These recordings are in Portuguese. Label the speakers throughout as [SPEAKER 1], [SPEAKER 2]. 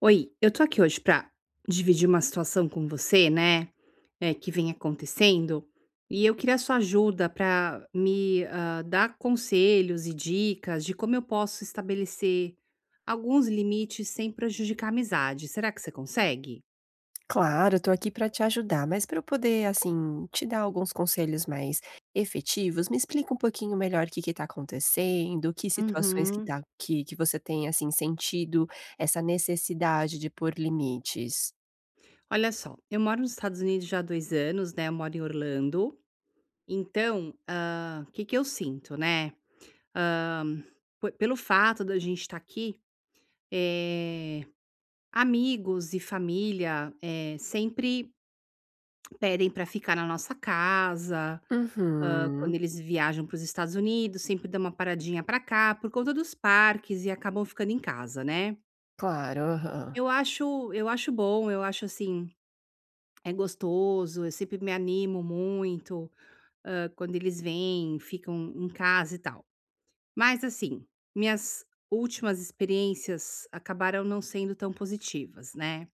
[SPEAKER 1] Oi, eu tô aqui hoje pra dividir uma situação com você, né, que vem acontecendo, e eu queria sua ajuda pra me, dar conselhos e dicas de como eu posso estabelecer alguns limites sem prejudicar a amizade. Será que você consegue?
[SPEAKER 2] Claro, eu tô aqui para te ajudar, mas para eu poder, assim, te dar alguns conselhos mais efetivos, me explica um pouquinho melhor o que que tá acontecendo, que situações que
[SPEAKER 1] Uhum.
[SPEAKER 2] tá que você tem, assim, sentido essa necessidade de pôr limites.
[SPEAKER 1] Olha só, eu moro nos Estados Unidos já há 2 anos, né, eu moro em Orlando, então, ah, o que que eu sinto, né, hã, po pelo fato da gente estar aqui, eh amigos e família, sempre pedem para ficar na nossa casa, quando
[SPEAKER 2] Uhum.
[SPEAKER 1] eles viajam para os Estados Unidos, sempre dão uma paradinha para cá, por conta dos parques e acabam ficando em casa, né.
[SPEAKER 2] Claro, aham.
[SPEAKER 1] Eu acho bom, eu acho, assim, é gostoso, eu sempre me animo muito, quando eles vêm, ficam em casa e tal. Mas, assim, minhas últimas experiências acabaram não sendo tão positivas, né.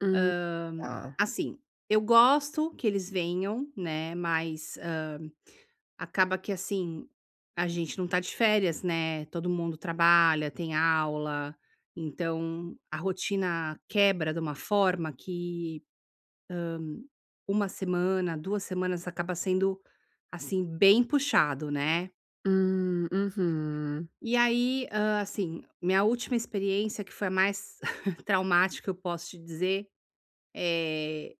[SPEAKER 2] Hum, tá.
[SPEAKER 1] Assim, eu gosto que eles venham, né, mas, acaba que, assim, a gente não tá de férias, né, todo mundo trabalha, tem aula, então a rotina quebra de uma forma que, hum, uma semana, 2 semanas acaba sendo, assim, bem puxado, né.
[SPEAKER 2] Uhum.
[SPEAKER 1] E aí, assim, minha última experiência que foi a mais traumática, eu posso te dizer, eh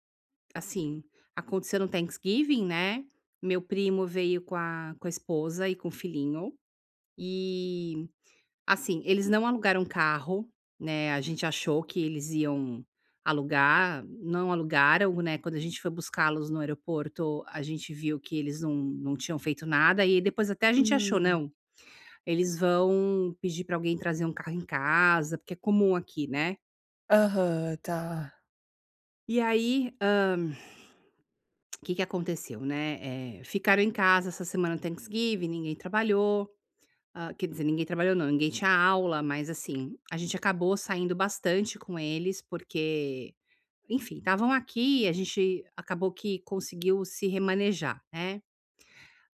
[SPEAKER 1] assim, aconteceu no Thanksgiving, né, meu primo veio com a esposa e com o filhinho, e, assim, eles não alugaram carro, né, a gente achou que eles iam alugar, não alugaram, né, quando a gente foi buscá-los no aeroporto, a gente viu que eles não tinham feito nada e depois até a gente achou:
[SPEAKER 2] Hum.
[SPEAKER 1] "Não, eles vão pedir para alguém trazer um carro em casa", porque é comum aqui, né.
[SPEAKER 2] Aham, tá.
[SPEAKER 1] E aí, o que que aconteceu, né, ficaram em casa essa semana no Thanksgiving, ninguém trabalhou, quer dizer, ninguém trabalhou não, ninguém tinha aula, mas assim, a gente acabou saindo bastante com eles, porque, enfim, estavam aqui, a gente acabou que conseguiu se remanejar, né.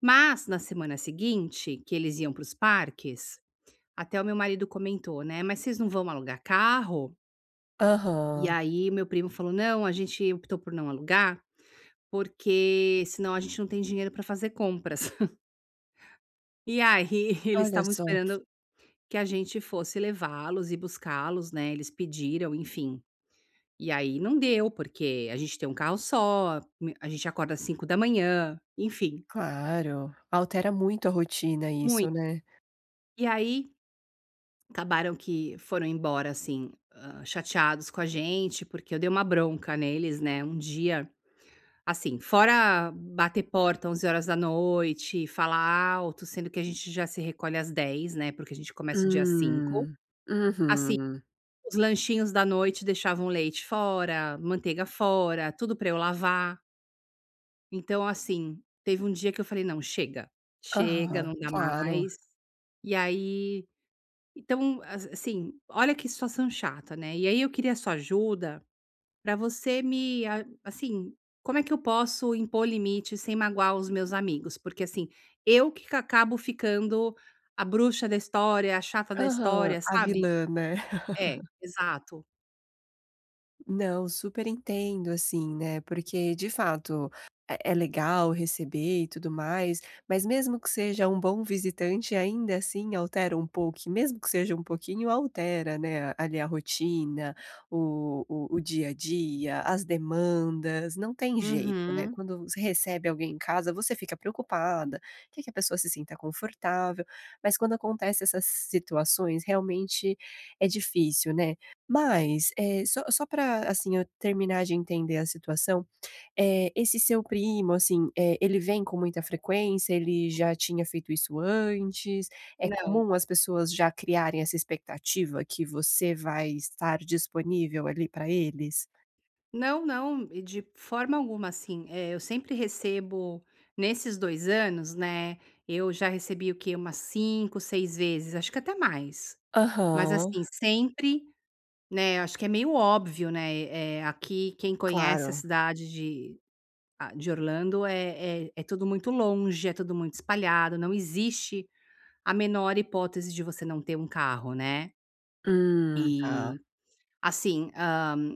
[SPEAKER 1] Mas na semana seguinte, que eles iam para os parques, até o meu marido comentou, né: "Mas vocês não vão alugar carro?" E
[SPEAKER 2] Aham.
[SPEAKER 1] aí meu primo falou: "Não, a gente optou por não alugar, porque senão a gente não tem dinheiro para fazer compras." E aí eles
[SPEAKER 2] Olha
[SPEAKER 1] estavam
[SPEAKER 2] só.
[SPEAKER 1] esperando que a gente fosse levá-los e buscá-los, né, eles pediram, enfim. E aí não deu, porque a gente tem um carro só, me a gente acorda às cinco da manhã, enfim,
[SPEAKER 2] Claro. Altera muito a rotina isso,
[SPEAKER 1] muito.
[SPEAKER 2] né.
[SPEAKER 1] E aí acabaram que foram embora, assim, chateados com a gente, porque eu dei uma bronca neles, né, um dia assim, fora bater porta onze horas da noite, falar alto, sendo que a gente já se recolhe às dez, né, porque a gente começa o dia 5,
[SPEAKER 2] Hum.
[SPEAKER 1] assim.
[SPEAKER 2] Uhum.
[SPEAKER 1] Os lanchinhos da noite deixavam leite fora, manteiga fora, tudo para eu lavar. Então, assim, teve um dia que eu falei: "Não, chega, chega,
[SPEAKER 2] Aham,
[SPEAKER 1] não dá
[SPEAKER 2] claro.
[SPEAKER 1] mais". E aí então, as assim, olha que situação chata, né. E aí eu queria sua ajuda para você me a assim, como é que eu posso impor limites sem magoar os meus amigos? Porque, assim, eu que ca acabo ficando a bruxa da história, a chata da
[SPEAKER 2] Aham,
[SPEAKER 1] história,
[SPEAKER 2] a
[SPEAKER 1] sabe?
[SPEAKER 2] vilã, né?
[SPEAKER 1] É, exato.
[SPEAKER 2] Não, super entendo, assim, né, porque de fato é legal receber e tudo mais, mas mesmo que seja um bom visitante, ainda assim altera um pouco, e mesmo que seja um pouquinho, altera, né, ali a rotina, o dia a dia, as demandas, não tem jeito, né.
[SPEAKER 1] Uhum.
[SPEAKER 2] Quando você recebe alguém em casa, você fica preocupada, quer que a pessoa se sinta confortável, mas quando acontece essas situações, realmente é difícil, né. Mas, só pra, assim, eu terminar de entender a situação, esse seu primo, assim, ele vem com muita frequência? Ele já tinha feito isso antes? É
[SPEAKER 1] Não.
[SPEAKER 2] comum as pessoas já criarem essa expectativa que você vai estar disponível ali para eles?
[SPEAKER 1] Não, não, e de forma alguma, assim, eu sempre recebo nesses 2 anos, né, eu já recebi o quê? Umas 5, 6 vezes, acho que até mais. Mas
[SPEAKER 2] Aham,
[SPEAKER 1] assim, sempre, né, acho que é meio óbvio, né, aqui quem conhece a
[SPEAKER 2] claro.
[SPEAKER 1] cidade de Orlando é tudo muito longe, é tudo muito espalhado, não existe a menor hipótese de você não ter um carro, né. E,
[SPEAKER 2] Tá.
[SPEAKER 1] assim, hã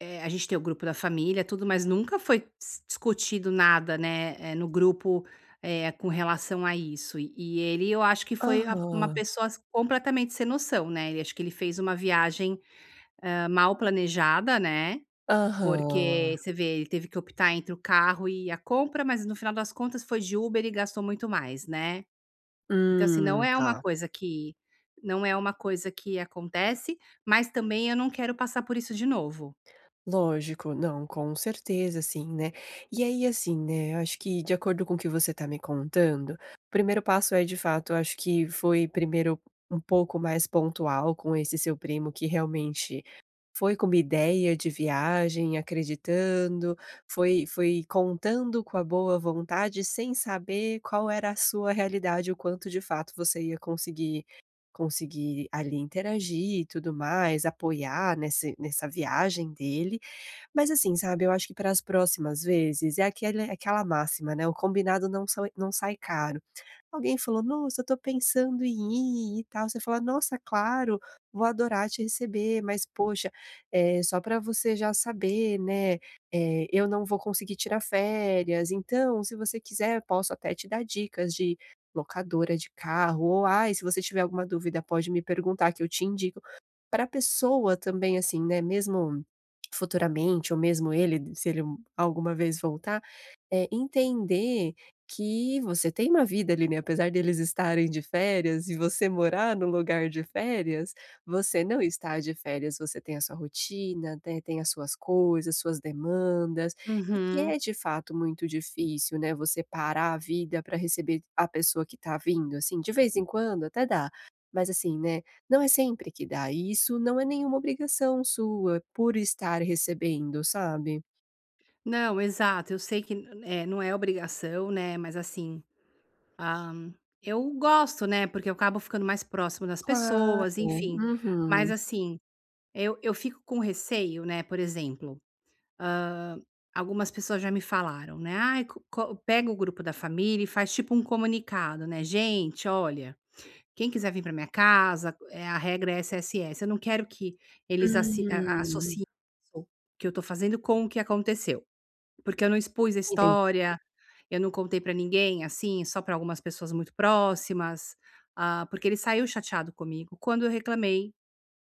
[SPEAKER 1] A gente tem o grupo da família, tudo, mas nunca foi discutido nada, né, no grupo, com relação a isso. E ele, eu acho que foi a uma
[SPEAKER 2] Aham,
[SPEAKER 1] pessoa completamente sem noção, né, ele acho que ele fez uma viagem, mal planejada, né, porque
[SPEAKER 2] aham.
[SPEAKER 1] você vê, ele teve que optar entre o carro e a compra, mas no final das contas foi de Uber e gastou muito mais, né. Então, assim, não é uma
[SPEAKER 2] Tá.
[SPEAKER 1] coisa que não é uma coisa que acontece, mas também eu não quero passar por isso de novo.
[SPEAKER 2] Lógico, não, com certeza, sim, né. E aí, assim, né, eu acho que de acordo com o que você está me contando, o primeiro passo é de fato, eu acho que foi primeiro um pouco mais pontual com esse seu primo que realmente foi com uma ideia de viagem, acreditando, foi contando com a boa vontade sem saber qual era a sua realidade, o quanto de fato você ia conseguir ali interagir e tudo mais, apoiar nesse nessa viagem dele. Mas assim, sabe, eu acho que para as próximas vezes é aquele aquela máxima, né, o combinado não sai caro. Alguém falou: "Nossa, eu tô pensando em ir e tal", você fala: "Nossa, claro, vou adorar te receber, mas poxa, é só para você já saber, né, eu não vou conseguir tirar férias, então se você quiser posso até te dar dicas de locadora de carro ou ai, se você tiver alguma dúvida pode me perguntar que eu te indico" para a pessoa também, assim, né, mesmo futuramente ou mesmo ele, se alguma vez voltar, entender que você tem uma vida ali, né, apesar deles estarem de férias e você morar no lugar de férias, você não está de férias, você tem a sua rotina, né, tem as suas coisas, suas demandas, e que
[SPEAKER 1] Uhum.
[SPEAKER 2] é de fato muito difícil, né, você parar a vida para receber a pessoa que tá vindo, assim, de vez em quando até dá, mas assim, né, não é sempre que dá, e isso não é nenhuma obrigação sua por estar recebendo, sabe.
[SPEAKER 1] Não, exato. Eu sei que, não é obrigação, né, mas assim, ah, eu gosto, né, porque eu acabo ficando mais próximo das
[SPEAKER 2] Claro.
[SPEAKER 1] pessoas, enfim. Mas
[SPEAKER 2] Uhum.
[SPEAKER 1] assim, eu fico com receio, né, por exemplo, hã, algumas pessoas já me falaram, né: "Ai, co co pega o grupo da família e faz tipo um comunicado, né: 'Gente, olha, quem quiser vir para minha casa, eh, a regra é essa, essa e essa'". Eu não quero que eles assi a
[SPEAKER 2] Hum.
[SPEAKER 1] associem isso que eu tô fazendo com o que aconteceu. Porque eu não expus a
[SPEAKER 2] Entendi.
[SPEAKER 1] história, eu não contei pra ninguém, assim, só pra algumas pessoas muito próximas, porque ele saiu chateado comigo quando eu reclamei,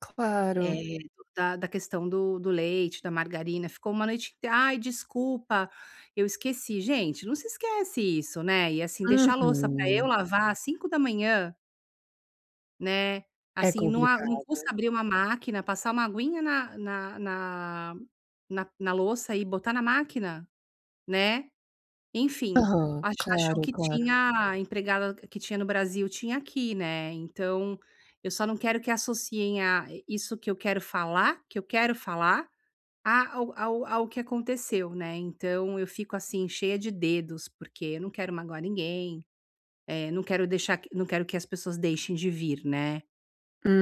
[SPEAKER 2] Claro.
[SPEAKER 1] eh, da questão do leite, da margarina, ficou uma noite inteira. "Ai, desculpa, eu esqueci". Gente, não se esquece isso, né, e, assim, deixar a louça pra eu
[SPEAKER 2] Uhum.
[SPEAKER 1] lavar às cinco da manhã, né,
[SPEAKER 2] É
[SPEAKER 1] assim, não
[SPEAKER 2] complicado.
[SPEAKER 1] custa abrir uma máquina, passar uma aguinha na louça e botar na máquina, né. Enfim,
[SPEAKER 2] Aham.
[SPEAKER 1] achou
[SPEAKER 2] Claro,
[SPEAKER 1] que
[SPEAKER 2] claro.
[SPEAKER 1] tinha empregada que tinha no Brasil, tinha aqui, né, então, eu só não quero que associem a isso que eu quero falar, a ao ao ao que aconteceu, né, então eu fico, assim, cheia de dedos, porque eu não quero magoar ninguém, não quero que as pessoas deixem de vir, né.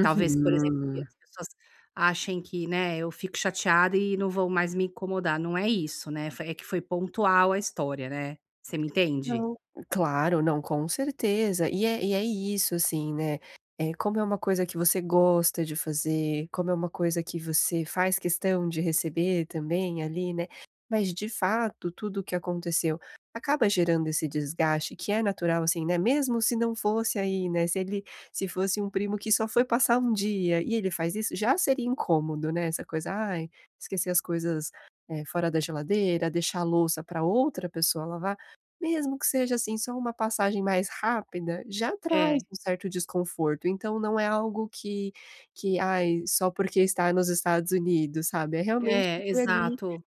[SPEAKER 1] Talvez, por exemplo, que as pessoas achem que, né, eu fico chateada e não vão mais me incomodar, não é isso, né, foi é que foi pontual a história, né, você me entende?
[SPEAKER 2] Não. Claro, não, com certeza. E é isso, assim, né, é como é uma coisa que você gosta de fazer, como é uma coisa que você faz questão de receber também ali, né, mas de fato tudo o que aconteceu acaba gerando esse desgaste que é natural, assim, né, mesmo se não fosse aí, né, se fosse um primo que só foi passar um dia e ele faz isso, já seria incômodo, né, essa coisa: "Ai, esquecer as coisas, fora da geladeira, deixar a louça para outra pessoa lavar". Mesmo que seja, assim, só uma passagem mais rápida, já traz
[SPEAKER 1] É,
[SPEAKER 2] um certo desconforto, então não é algo que: "Ai, só porque está nos Estados Unidos", sabe, é, realmente
[SPEAKER 1] é,
[SPEAKER 2] foi ali
[SPEAKER 1] exato.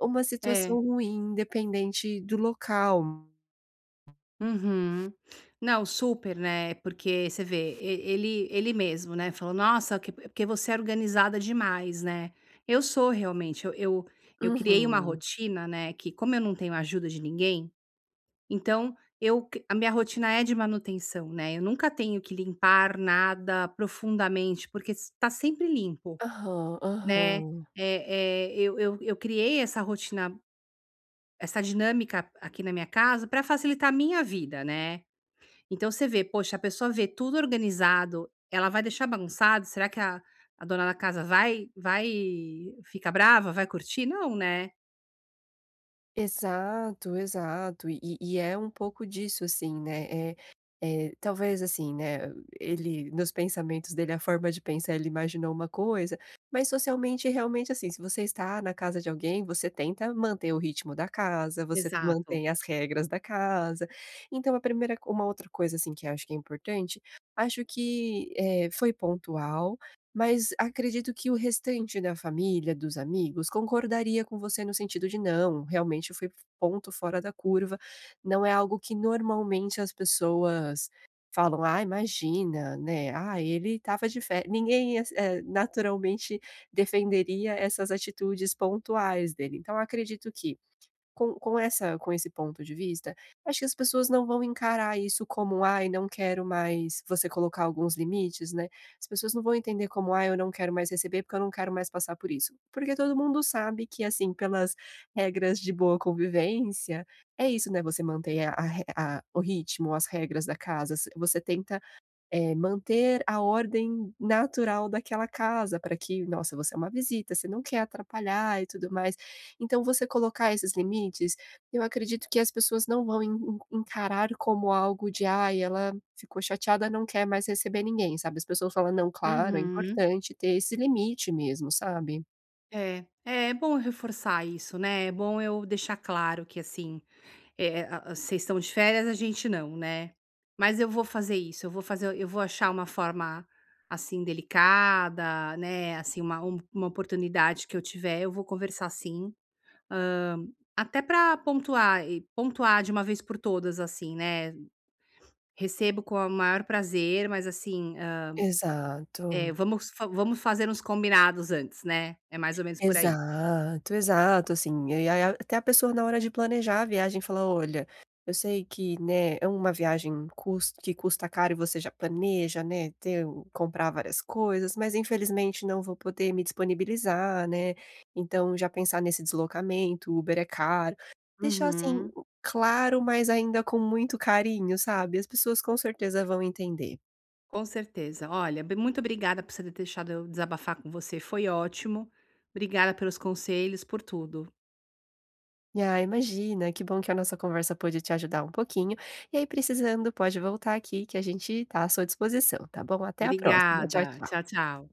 [SPEAKER 2] uma situação
[SPEAKER 1] É.
[SPEAKER 2] ruim, independente do local.
[SPEAKER 1] Uhum. Não, super, né, porque você vê, e ele mesmo, né, falou: "Nossa, que porque você é organizada demais", né. Eu sou realmente, eu criei uma
[SPEAKER 2] Uhum.
[SPEAKER 1] rotina, né, que como eu não tenho ajuda de ninguém, então eu c a minha rotina é de manutenção, né, eu nunca tenho que limpar nada profundamente, porque s tá sempre limpo,
[SPEAKER 2] Aham,
[SPEAKER 1] né.
[SPEAKER 2] aham.
[SPEAKER 1] É, eu criei essa rotina, essa dinâmica aqui na minha casa para facilitar a minha vida, né. Então você vê, poxa, a pessoa vê tudo organizado, ela vai deixar bagunçado? Será que a dona da casa vai ficar brava, vai curtir? Não, né.
[SPEAKER 2] Exato, exato. E é um pouco disso, assim, né, talvez, assim, né, ele nos pensamentos dele, a forma de pensar, ele imaginou uma coisa, mas socialmente, realmente, assim, se você está na casa de alguém, você tenta manter o ritmo da casa, você
[SPEAKER 1] Exato.
[SPEAKER 2] mantém as regras da casa. Então a primeira uma outra coisa, assim, que eu acho que é importante, acho que, foi pontual, mas acredito que o restante da família, dos amigos, concordaria com você no sentido de: "Não, realmente eu fui ponto fora da curva", não é algo que normalmente as pessoas falam: "Ah, imagina, né, ah, ele estava de fe" ninguém, naturalmente defenderia essas atitudes pontuais dele. Então acredito que com esse ponto de vista, acho que as pessoas não vão encarar isso como: "Ai, não quero mais", você colocar alguns limites, né, as pessoas não vão entender como: "Ah, eu não quero mais receber, porque eu não quero mais passar por isso". Porque todo mundo sabe que, assim, pelas regras de boa convivência, é isso, né, você mantém a re a o ritmo, as regras da casa, você tenta manter a ordem natural daquela casa para que nossa, você é uma visita, você não quer atrapalhar e tudo mais. Então você colocar esses limites, eu acredito que as pessoas não vão en en encarar como algo de: "Ai, ela ficou chateada, não quer mais receber ninguém", sabe. As pessoas falam: "Não, claro, é
[SPEAKER 1] Uhum.
[SPEAKER 2] importante ter esse limite mesmo", sabe.
[SPEAKER 1] É, é bom eu reforçar isso, né, é bom eu deixar claro que, assim, eh, a vocês estão de férias, a gente não, né, mas eu vou fazer isso, eu vou achar uma forma, assim, delicada, né, assim, uma oportunidade que eu tiver, eu vou conversar sim, hã, até para pontuar e pontuar de uma vez por todas, assim, né, recebo com o maior prazer, mas assim,
[SPEAKER 2] Exato.
[SPEAKER 1] vamos fazer uns combinados antes, né, é mais ou menos por aí.
[SPEAKER 2] Exato, exato, assim, e aí até a pessoa na hora de planejar a viagem fala: "Olha, eu sei que, né, é uma viagem cus que custa caro e você já planeja, né, ter comprar várias coisas, mas infelizmente não vou poder me disponibilizar, né, então já pensar nesse deslocamento, Uber é caro". Deixar, assim,
[SPEAKER 1] Uhum.
[SPEAKER 2] claro, mas ainda com muito carinho, sabe, as pessoas com certeza vão entender.
[SPEAKER 1] Com certeza. Olha, muito obrigada por você ter deixado eu desabafar com você. Foi ótimo. Obrigada pelos conselhos, por tudo.
[SPEAKER 2] Ah, imagina, que bom que a nossa conversa pôde te ajudar um pouquinho. E aí, precisando, pode voltar aqui que a gente está à sua disposição, tá bom? Até a próxima. Tchau,
[SPEAKER 1] Obrigada. Tchau,
[SPEAKER 2] tchau.
[SPEAKER 1] tchau.